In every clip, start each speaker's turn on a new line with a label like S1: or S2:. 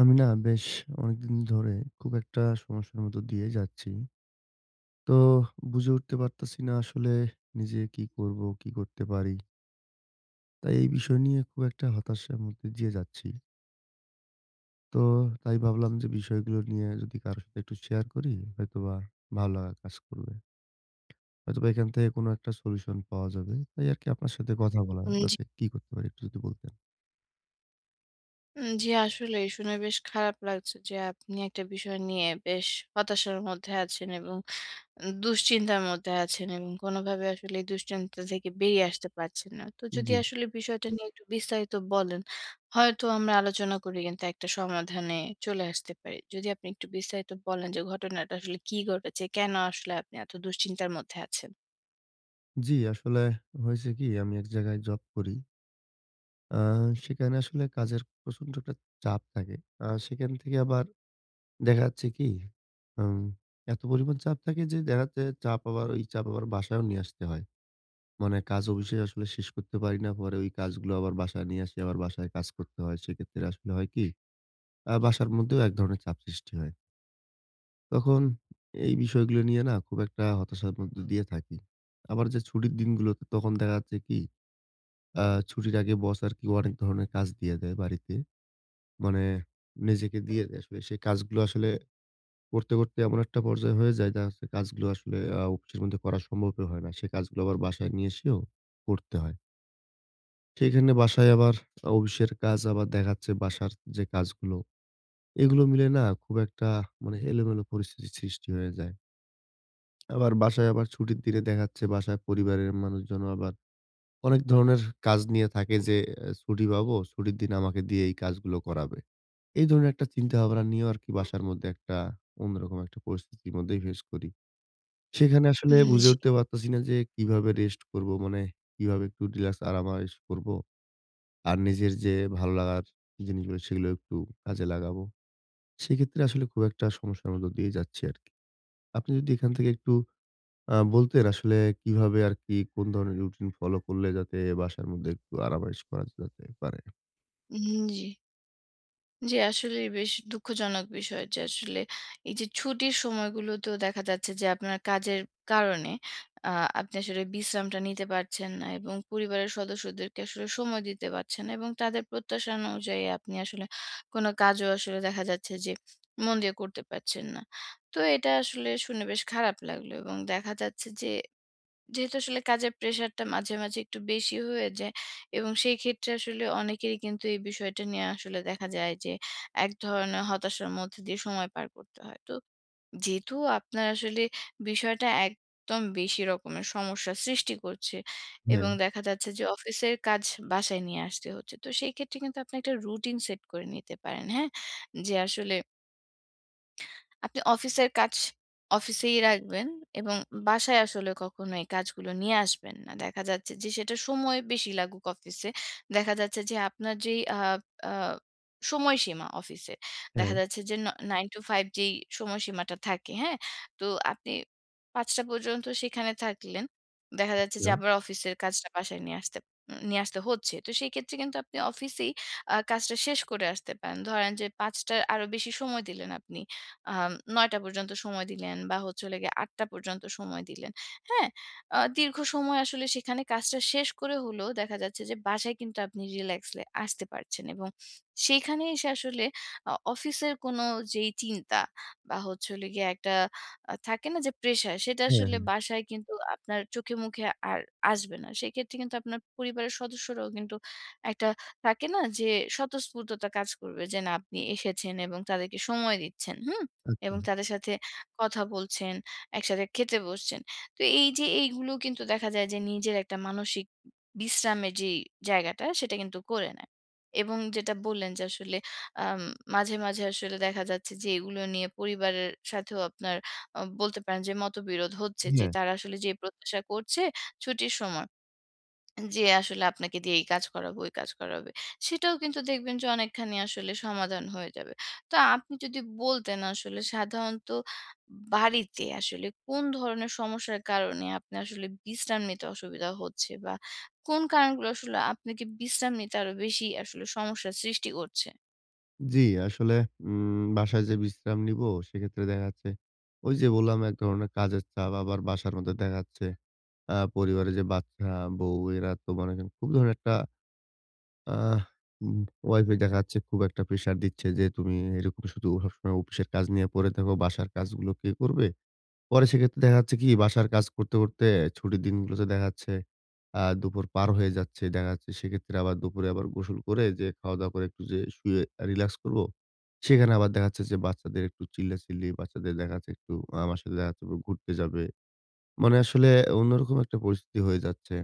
S1: আমি না বেশ অনেকদিন ধরে খুব একটা সমস্যার মধ্য দিয়ে যাচ্ছি। তো বুঝে উঠতে পারতেছি না আসলে নিজে কি করব, কি করতে পারি। তাই এই বিষয় নিয়ে খুব একটা হতাশার মধ্যে দিয়ে যাচ্ছি। তো তাই ভাবলাম যে বিষয়গুলো নিয়ে যদি কারো সাথে একটু শেয়ার করি হয়তোবা ভালো লাগা কাজ করবে। হয়তোবা এখান থেকে কোনো একটা সলিউশন পাওয়া যাবে। তাই আরকি আপনার সাথে কথা বলা
S2: জি,
S1: যাতে কি করতে পারি একটু যদি বলতেন।
S2: জি আসলেই শুনে বেশ খারাপ লাগছে যে আপনি একটা বিষয় নিয়ে বেশ হতাশার মধ্যে আছেন এবং দুশ্চিন্তার মধ্যে আছেন এবং কোনোভাবে আসলে এই দুশ্চিন্তা থেকে বেরিয়ে আসতে পারছেন না। তো যদি
S1: জি,
S2: আসলে বিষয়টা নিয়ে একটু বিস্তারিত বলেন, হয়তো আমরা আলোচনা করে কিন্তু একটা সমাধানে চলে আসতে পারি। যদি আপনি একটু বিস্তারিত বলেন যে ঘটনাটা আসলে কি ঘটেছে? কেন আসলে আপনি এত দুশ্চিন্তার মধ্যে আছেন?
S1: জি আসলে হয়েছে কি আমি এক জায়গায় জব করি। আ সেখানে আসলে কাজের প্রচন্ড একটা চাপ থাকে। সেখান থেকে আবার দেখা যাচ্ছে কি আম এত পরিমাণ চাপ থাকে যে দেখা যাচ্ছে চাপ আবার ওই চাপ আবার বাসায়ও নিয়ে আসতে হয়। মানে কাজ অফিসে আসলে শেষ করতে পারি না। পরে ওই কাজগুলো আবার বাসায় নিয়ে আসি, আবার বাসায় কাজ করতে হয়। সেক্ষেত্রে আসলে হয় কি বাসার মধ্যেও এক ধরনের চাপ সৃষ্টি হয়। তখন এই বিষয়গুলো নিয়ে না খুব একটা হতাশার মধ্য দিয়ে থাকি। আবার যে ছুটির দিনগুলোতে তখন দেখা যাচ্ছে কি আ ছুটির আগে বস আরকি অনেক ধরনের কাজ দিয়ে দেয় বাড়িতে। মানে নিজেকে দিয়ে দেয় আসলে সেই কাজগুলো আসলে করতে, করতে এমন একটা পর্যায়ে হয়ে যায় যা হচ্ছে কাজগুলো আসলে অফিসের মধ্যে করা সম্ভবই হয় না। সেই কাজগুলো আবার বাসায় নিয়ে এসেও করতে হয়। সেখানে বাসায় আবার অফিসের কাজ আবার দেখাচ্ছে বাসার যে কাজগুলো, এগুলো মিলে না খুব একটা মানে এলোমেলো পরিস্থিতির সৃষ্টি হয়ে যায়। আবার বাসায় আবার ছুটির দিনে দেখাচ্ছে বাসায় পরিবারের মানুষজনও আবার অনেক ধরনের কাজ নিয়ে থাকে যে, "এ ছুটি পাবো, ছুটির দিন আমাকে দিয়ে এই কাজগুলো করাবে।" এই ধরনের একটা চিন্তাভাবনা নিয়েও আরকি বাসার মধ্যে একটা অন্যরকম একটা পরিস্থিতির মধ্যেই ফেস করি। সেখানে আসলে বুঝে
S2: জি,
S1: উঠতে পারতেছি না যে কিভাবে রেস্ট করব? মানে কিভাবে একটু রিল্যাক্স আরামায়েশ করব? আর নিজের যে ভালো লাগার জিনিসগুলো সেগুলো একটু কাজে লাগাবো। সেক্ষেত্রে আসলে খুব একটা সমস্যার মধ্য দিয়ে যাচ্ছি আরকি। আপনি যদি এখান থেকে একটু বলতেন আসলে কিভাবে আরকি কোন ধরনের রুটিন ফলো করলে যাতে বাসার মধ্যে একটু আরামায়েশ করা যেতে পারে?
S2: জি। জি, আসলেই বেশ দুঃখজনক বিষয় যে আসলে এই যে ছুটির সময়গুলোতেও দেখা যাচ্ছে যে আপনার কাজের কারণে আ আপনি আসলে বিশ্রামটা নিতে পারছেন না এবং পরিবারের সদস্যদেরকে আসলে সময় দিতে পারছেন না এবং তাদের প্রত্যাশা অনুযায়ী আপনি আসলে কোনো কাজও আসলে দেখা যাচ্ছে যে মন দিয়ে করতে পারছেন না। তো এটা আসলে শুনে বেশ খারাপ লাগলো এবং দেখা যাচ্ছে যে যেহেতু আসলে কাজের প্রেশারটা মাঝে, মাঝে একটু বেশি হয়ে যায় এবং সেই ক্ষেত্রে আসলে অনেকেরই কিন্তু এই বিষয়টা নিয়ে আসলে দেখা যায় যে এক ধরনের হতাশার মধ্যে দিয়ে সময় পার করতে হয়। তো যেহেতু আপনার আসলে বিষয়টা একদম বেশি রকমের সমস্যা সৃষ্টি করছে
S1: হ্যাঁ,
S2: এবং দেখা যাচ্ছে যে অফিসের কাজ বাসায় নিয়ে আসতে হচ্ছে। তো সেই ক্ষেত্রে কিন্তু আপনি একটা রুটিন সেট করে নিতে পারেন, হ্যাঁ? যে আসলে আপনি অফিসের কাজ অফিসেই রাখবেন এবং বাসায় আসলে কখনো এই কাজগুলো নিয়ে আসবেন না। দেখা যাচ্ছে যে সেটা সময় বেশি লাগুক অফিসে। দেখা যাচ্ছে যে আপনার যেই আ আ সময়সীমা অফিসে। দেখা
S1: হ্যাঁ,
S2: যাচ্ছে যে 9 to 5 যেই সময়সীমাটা থাকে, হ্যাঁ? তো আপনি ৫ টা পর্যন্ত সেখানে থাকলেন। দেখা যাচ্ছে যে
S1: আচ্ছা।
S2: আবার অফিসের কাজটা বাসায় নিয়ে আসতে হচ্ছে। তো সেই ক্ষেত্রে কিন্তু আপনি অফিসেই কাজটা শেষ করে আসতে পারেন। ধরেন যে ৫ টার আরো বেশি সময় দিলেন আপনি। ৯টা পর্যন্ত সময় দিলেন বা হচ্ছে হলো গিয়ে ৮টা পর্যন্ত সময় দিলেন। হ্যাঁ? দীর্ঘ সময় আসলে সেখানে কাজটা শেষ করে হলেও দেখা যাচ্ছে যে বাসায় কিন্তু আপনি রিল্যাক্সলে আসতে পারছেন এবং সেইখানে এসে আসলে অফিসের কোনো যেই চিন্তা বা হচ্ছে হলো গিয়ে একটা থাকে না যে প্রেশার সেটা
S1: হ্যাঁ,
S2: আসলে
S1: হ্যাঁ,
S2: বাসায় কিন্তু আপনার চোখে মুখে আর আসবে না। সেক্ষেত্রে কিন্তু আপনার পরিবারের সদস্যরাও কিন্তু একটা থাকে না যে স্বতঃস্ফূর্ততা কাজ করবে যে না আপনি এসেছেন এবং তাদেরকে সময় দিচ্ছেন। হুম?
S1: আচ্ছা।
S2: এবং তাদের সাথে কথা বলছেন, একসাথে খেতে বসছেন। তো এই যে এইগুলো কিন্তু দেখা যায় যে নিজের একটা মানসিক বিশ্রামের যেই জায়গাটা সেটা কিন্তু করে নেয়। এবং যেটা বললেন যে আসলে আম মাঝে, মাঝে আসলে দেখা যাচ্ছে যে এগুলো নিয়ে পরিবারের সাথেও আপনার বলতে পারেন যে মতবিরোধ হচ্ছে যে
S1: হ্যাঁ।
S2: তারা আসলে যে প্রত্যাশা করছে ছুটির সময় যে আসলে আপনাকে দিয়ে এই কাজ করাবো, ওই কাজ করাবে। সেটাও কিন্তু দেখবেন যে অনেকখানি আসলে সমাধান হয়ে যাবে। তো আপনি যদি বলতেন আসলে সাধারণত বাড়িতে আসলে কোন ধরনের সমস্যার কারণে আপনি আসলে বিশ্রাম নিতে অসুবিধা হচ্ছে? বা কোন কারণগুলো আসলে আপনাকে বিশ্রাম নিতে আরো বেশি আসলে সমস্যার সৃষ্টি করছে?
S1: জি, আসলে বাসায় যে বিশ্রাম নিবো সেক্ষেত্রে দেখা যাচ্ছে ওই যে বললাম এক ধরনের কাজের চাপ আবার বাসার মধ্যে দেখা যাচ্ছে পরিবারে যে বাচ্চা, বউ এরা তো মনে করেন খুব ধরনের একটা আহ উম ওয়াইফ এ দেখা যাচ্ছে খুব একটা প্রেশার দিচ্ছে যে, "তুমি এরকম শুধু সবসময় অফিসের কাজ নিয়ে পড়ে থাকো, বাসার কাজগুলো কে করবে?" পরে সেক্ষেত্রে দেখা যাচ্ছে কি বাসার কাজ করতে, করতে ছুটির দিনগুলোতে দেখা যাচ্ছে দুপুর পার হয়ে যাচ্ছে। দেখা যাচ্ছে সেক্ষেত্রে আবার দুপুরে আবার গোসল করে যে খাওয়া-দাওয়া করে একটু যে শুয়ে রিল্যাক্স করব, সেখানে আবার দেখা যাচ্ছে যে বাচ্চাদের একটু চিল্লাচিল্লি, বাচ্চাদের দেখা যাচ্ছে একটু আমার সাথে দেখা যাচ্ছে ঘুরতে যাবে। মানে আসলে অন্যরকম একটা পরিস্থিতি হয়ে যাচ্ছে।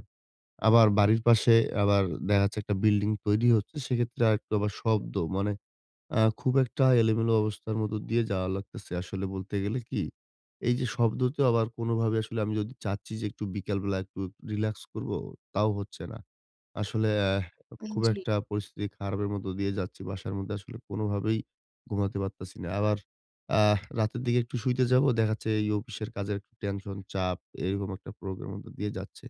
S1: আবার বাড়ির পাশে আবার দেখা যাচ্ছে একটা বিল্ডিং তৈরি হচ্ছে। সেক্ষেত্রে আরেকটু আবার শব্দ মানে খুব একটা এলোমেলো অবস্থার মধ্য দিয়ে যাওয়া লাগতেছে আসলে বলতে গেলে কি, এই যে শব্দ তো আবার কোনোভাবে আসলে আমি যদি চাচ্ছি যে একটু বিকালবেলা একটু রিল্যাক্স করব, তাও হচ্ছে না। আসলে খুব
S2: জি।
S1: একটা পরিস্থিতি খারাপের মধ্য দিয়ে যাচ্ছি। বাসার মধ্যে আসলে কোনোভাবেই ঘুমাতে পারতেছি না। আবার রাতের দিকে একটু শুইতে যাব, দেখা যাচ্ছে এই অফিসের কাজের একটু টেনশন, চাপ এরকম একটা প্রোগ্রামের মধ্য দিয়ে যাচ্ছে।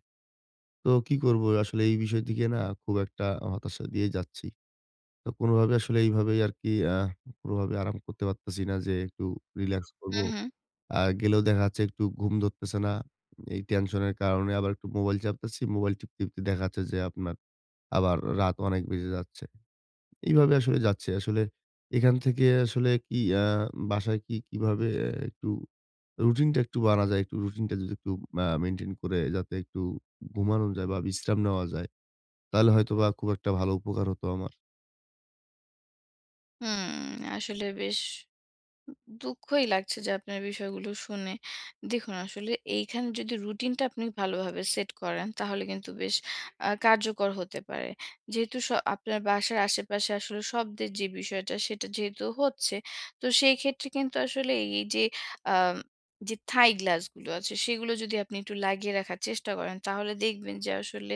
S1: তো কি করব আসলে এই বিষয় থেকে না খুব একটা হতাশা দিয়ে যাচ্ছি। তো কোনোভাবে আসলে এইভাবেই আরকি কোনোভাবে আরাম করতে পারতেছি না যে একটু রিল্যাক্স করব।
S2: হুম, হুম।
S1: গেলেও দেখা যাচ্ছে একটু ঘুম ধরতেছে না। এই টেনশনের কারণে আবার একটু মোবাইল চাপতেছি। মোবাইল টিপতে, টিপতে দেখা যাচ্ছে যে আপনার আবার রাত অনেক বেজে যাচ্ছে। এইভাবে আসলে যাচ্ছে। আসলে এখান থেকে আসলে কি বাসায় কি কিভাবে একটু রুটিনটা একটু বানা যায়? একটু রুটিনটা যদি একটু মেইনটেইন করে যাতে একটু ঘুমানো যায় বা বিশ্রাম নেওয়া যায়, তাহলে হয়তোবা খুব একটা ভালো উপকার হতো আমার।
S2: হুম, আসলে বেশ দুঃখই লাগছে যে আপনার বিষয়গুলো শুনে। দেখুন আসলে এইখানে যদি রুটিনটা আপনি ভালোভাবে সেট করেন তাহলে কিন্তু বেশ কার্যকর হতে পারে। যেহেতু আপনার বাসার আশেপাশে আসলে শব্দের যে বিষয়টা সেটা যেহেতু হচ্ছে, তো সেই ক্ষেত্রে কিন্তু আসলে এই যে আম যে থাই গ্লাসগুলো আছে সেগুলো যদি আপনি একটু লাগিয়ে রাখার চেষ্টা করেন তাহলে দেখবেন যে আসলে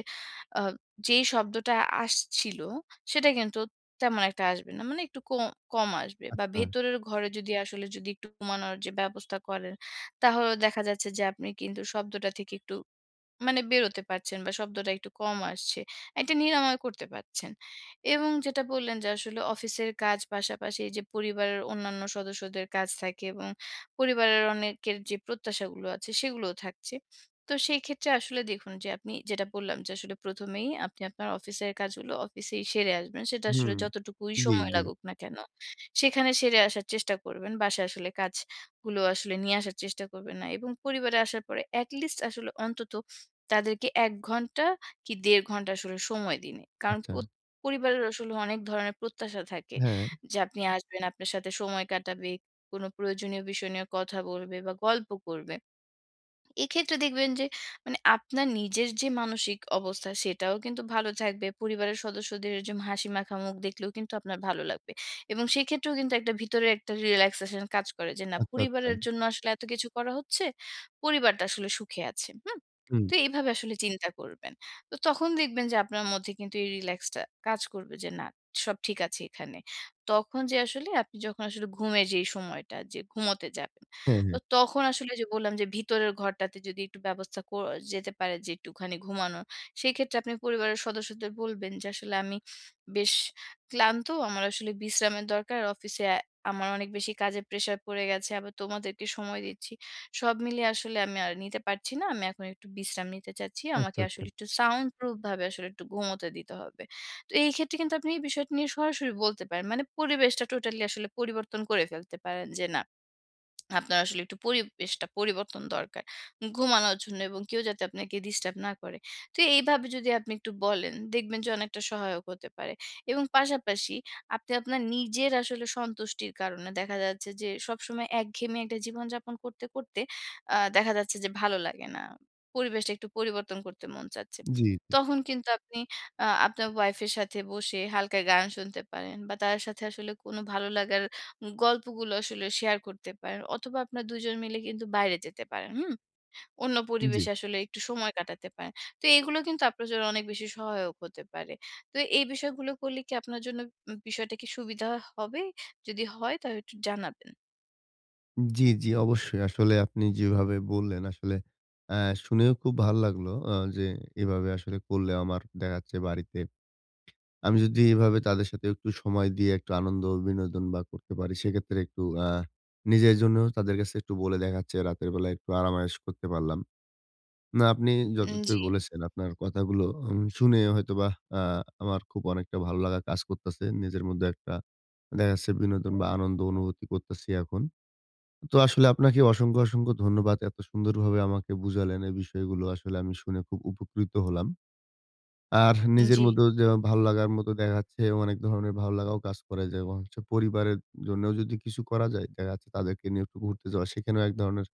S2: আ যেই শব্দটা আসছিল সেটা কিন্তু তেমন একটা আসবে না। মানে একটু কম কম আসবে বা
S1: আচ্ছা।
S2: ভেতরের ঘরে যদি আসলে যদি একটু কমানোর যে ব্যবস্থা করেন, তাহলে দেখা যাচ্ছে যে আপনি কিন্তু শব্দটা থেকে একটু মানে বেরোতে পারছেন বা শব্দটা একটু কম আসছে। একটা নিরাময় করতে পারছেন। এবং যেটা বললেন যে আসলে অফিসের কাজ পাশাপাশি এই যে পরিবারের অন্যান্য সদস্যদের কাজ থাকে এবং পরিবারের অনেকের যে প্রত্যাশাগুলো আছে সেগুলোও থাকছে। তো সেই ক্ষেত্রে আসলে দেখুন যে আপনি যেটা বললাম যে আসলে ১ম এই আপনি আপনার অফিসের কাজগুলো অফিসেই সেরে আসবেন। সেটা আসলে
S1: হুম।
S2: যতটুকুই
S1: জি,
S2: সময়
S1: জি।
S2: লাগুক না কেন, সেখানে সেরে আসার চেষ্টা করবেন। বাসায় আসলে কাজগুলো আসলে নিয়ে আসার চেষ্টা করবেন না। এবং পরিবারে আসার পরে এটলিস্ট আসলে অন্তত তাদেরকে ১ ঘন্টা কি ১.৫ ঘন্টা আসলে সময় দিন। কারণ
S1: আচ্ছা।
S2: প্রত পরিবারের আসলে অনেক ধরনের প্রত্যাশা থাকে
S1: হ্যাঁ।
S2: যে আপনি আসবেন, আপনার সাথে সময় কাটাবে, কোনো প্রয়োজনীয় বিষয় নিয়ে কথা বলবে বা গল্প করবে। এক্ষেত্রে দেখবেন যে মানে আপনার নিজের যে মানসিক অবস্থা সেটাও কিন্তু ভালো থাকবে। পরিবারের সদস্যদের যে হাসিমাখা মুখ দেখলেও কিন্তু আপনার ভালো লাগবে। এবং সেক্ষেত্রেও কিন্তু একটা ভিতরে একটা রিল্যাক্সেশন কাজ করে যে না
S1: আচ্ছা, আচ্ছা।
S2: পরিবারের জন্য আসলে এত কিছু করা হচ্ছে। পরিবারটা আসলে সুখে আছে। হুম?
S1: হুম।
S2: তো এইভাবে আসলে চিন্তা করবেন। তো তখন দেখবেন যে আপনার মধ্যে কিন্তু এই রিল্যাক্সটা কাজ করবে যে না সব ঠিক আছে এখানে। তখন যে আসলে আপনি যখন আসলে ঘুমের যে সময়টা যে ঘুমোতে যাবেন
S1: হ্যাঁ,
S2: তো
S1: হ্যাঁ।
S2: তখন আসলে যে বললাম যে ভিতরের ঘরটাতে যদি একটু ব্যবস্থা কর যেতে পারে যে একটুখানি ঘুমানোর, সেই ক্ষেত্রে আপনি পরিবারের সদস্যদের বলবেন যে আসলে আমি বেশ ক্লান্ত, আমার আসলে বিশ্রামের দরকার। অফিসে আমার অনেক বেশি কাজের প্রেশার পড়ে গেছে। আবার তোমাদেরকে সময় দিচ্ছি। সব মিলিয়ে আসলে আমি আর নিতে পারছি না। আমি এখন একটু বিশ্রাম নিতে চাচ্ছি। আমাকে
S1: আচ্ছা, আচ্ছা।
S2: আসলে একটু সাউন্ড প্রুফ ভাবে আসলে একটু ঘুমোতে দিতে হবে। তো এই ক্ষেত্রে কিন্তু আপনি এই বিষয়টা নিয়ে সরাসরি বলতে পারেন। মানে পরিবেশটা টোটালি আসলে পরিবর্তন করে ফেলতে পারেন যে না আপনার আসলে একটু পরিবেশটা পরিবর্তন দরকার ঘুমানোর জন্য এবং কেউ যাতে আপনাকে ডিস্টার্ব না করে। তো এইভাবে যদি আপনি একটু বলেন দেখবেন যে অনেকটা সহায়ক হতে পারে। এবং পাশাপাশি আপনি আপনার নিজের আসলে সন্তুষ্টির কারণে দেখা যাচ্ছে যে সবসময় একঘেয়েমি একটা জীবনযাপন করতে, করতে দেখা যাচ্ছে যে ভালো লাগে না। পরিবেশটা একটু পরিবর্তন করতে মন চাচ্ছে।
S1: জি,
S2: তখন কিন্তু আপনি আপনার ওয়াইফ এর সাথে বসে হালকা গান শুনতে পারেন বা তার সাথে আসলে কোনো ভালো লাগার গল্পগুলো আসলে শেয়ার করতে পারেন অথবা আপনারা ২ জন মিলে কিন্তু বাইরে যেতে পারেন, হুম? অন্য
S1: জি।
S2: পরিবেশে আসলে একটু সময় কাটাতে পারেন। তো এগুলো কিন্তু আপনার জন্য অনেক বেশি সহায়ক হতে পারে। তো এই বিষয়গুলো করলে কি আপনার জন্য বিষয়টা কি সুবিধা হবে? যদি হয় তাহলে একটু জানাবেন।
S1: জি, জি। অবশ্যই। আসলে আপনি যেভাবে বললেন আসলে অ্যা শুনেও খুব ভাল লাগলো যে এভাবে আসলে করলে আমার দেখা যাচ্ছে বাড়িতে আমি যদি এভাবে তাদের সাথে একটু সময় দিয়ে একটু আনন্দ বিনোদন বা করতে পারি সেক্ষেত্রে একটু নিজের জন্যও তাদের কাছে একটু বলে দেখা যাচ্ছে রাতের বেলা একটু আরাম আয়েশ করতে পারলাম। না, আপনি যথার্থই
S2: জি,
S1: বলেছেন। আপনার কথাগুলো শুনে হয়তোবা আ আমার খুব অনেকটা ভালো লাগা কাজ করতেছে। নিজের মধ্যে একটা দেখা যাচ্ছে বিনোদন বা আনন্দ অনুভূতি করতেছি এখন। তো আসলে আপনাকে অসংখ্য, অসংখ্য ধন্যবাদ। এত সুন্দরভাবে আমাকে বুঝালেন এই বিষয়গুলো। আসলে আমি শুনে খুব উপকৃত হলাম। আর নিজের
S2: জি,
S1: মধ্যেও যে ভালো লাগার মতো দেখা যাচ্ছে অনেক ধরনের ভালো লাগাও কাজ করে। যেমন হচ্ছে পরিবারের জন্যেও যদি কিছু করা যায়, দেখা যাচ্ছে তাদেরকে নিয়ে একটু ঘুরতে যাওয়া। সেখানেও এক ধরনের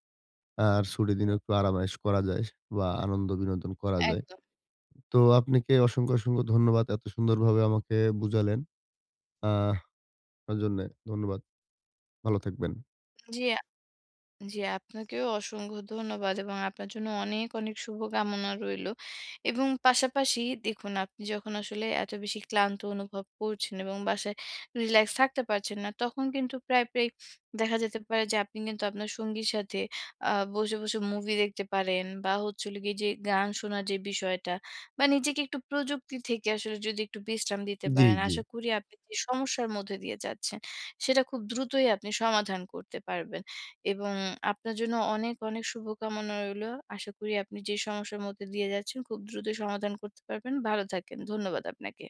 S1: আর ছুটির দিনে একটু আরামায়েশ করা যায় বা আনন্দ বিনোদন করা যায়।
S2: একদম।
S1: তো আপনাকে অসংখ্য, অসংখ্য ধন্যবাদ। এত সুন্দরভাবে আমাকে বুঝালেন। আহ আপনার জন্যে ধন্যবাদ। ভালো থাকবেন।
S2: জি। জি, আপনাকেও অসংখ্য ধন্যবাদ এবং আপনার জন্য অনেক, অনেক শুভকামনা রইলো। এবং পাশাপাশি দেখুন আপনি যখন আসলে এত বেশি ক্লান্ত অনুভব করছেন এবং বাসায় রিল্যাক্স থাকতে পারছেন না, তখন কিন্তু প্রায়, প্রায় দেখা যেতে পারে যে আপনি কিন্তু আপনার সঙ্গীর সাথে বসে, বসে মুভি দেখতে পারেন বা হচ্ছে হলো গিয়ে যে গান শোনার যে বিষয়টা বা নিজেকে একটু প্রযুক্তি থেকে আসলে যদি একটু বিশ্রাম দিতে
S1: জি,
S2: পারেন,
S1: জি।
S2: আশা করি আপনি যে সমস্যার মধ্যে দিয়ে যাচ্ছেন, সেটা খুব দ্রুতই আপনি সমাধান করতে পারবেন। এবং আপনার জন্য অনেক, অনেক শুভকামনা রইলো। আশা করি আপনি যে সমস্যার মধ্যে দিয়ে যাচ্ছেন খুব দ্রুত সমাধান করতে পারবেন। ভালো থাকেন। ধন্যবাদ আপনাকে।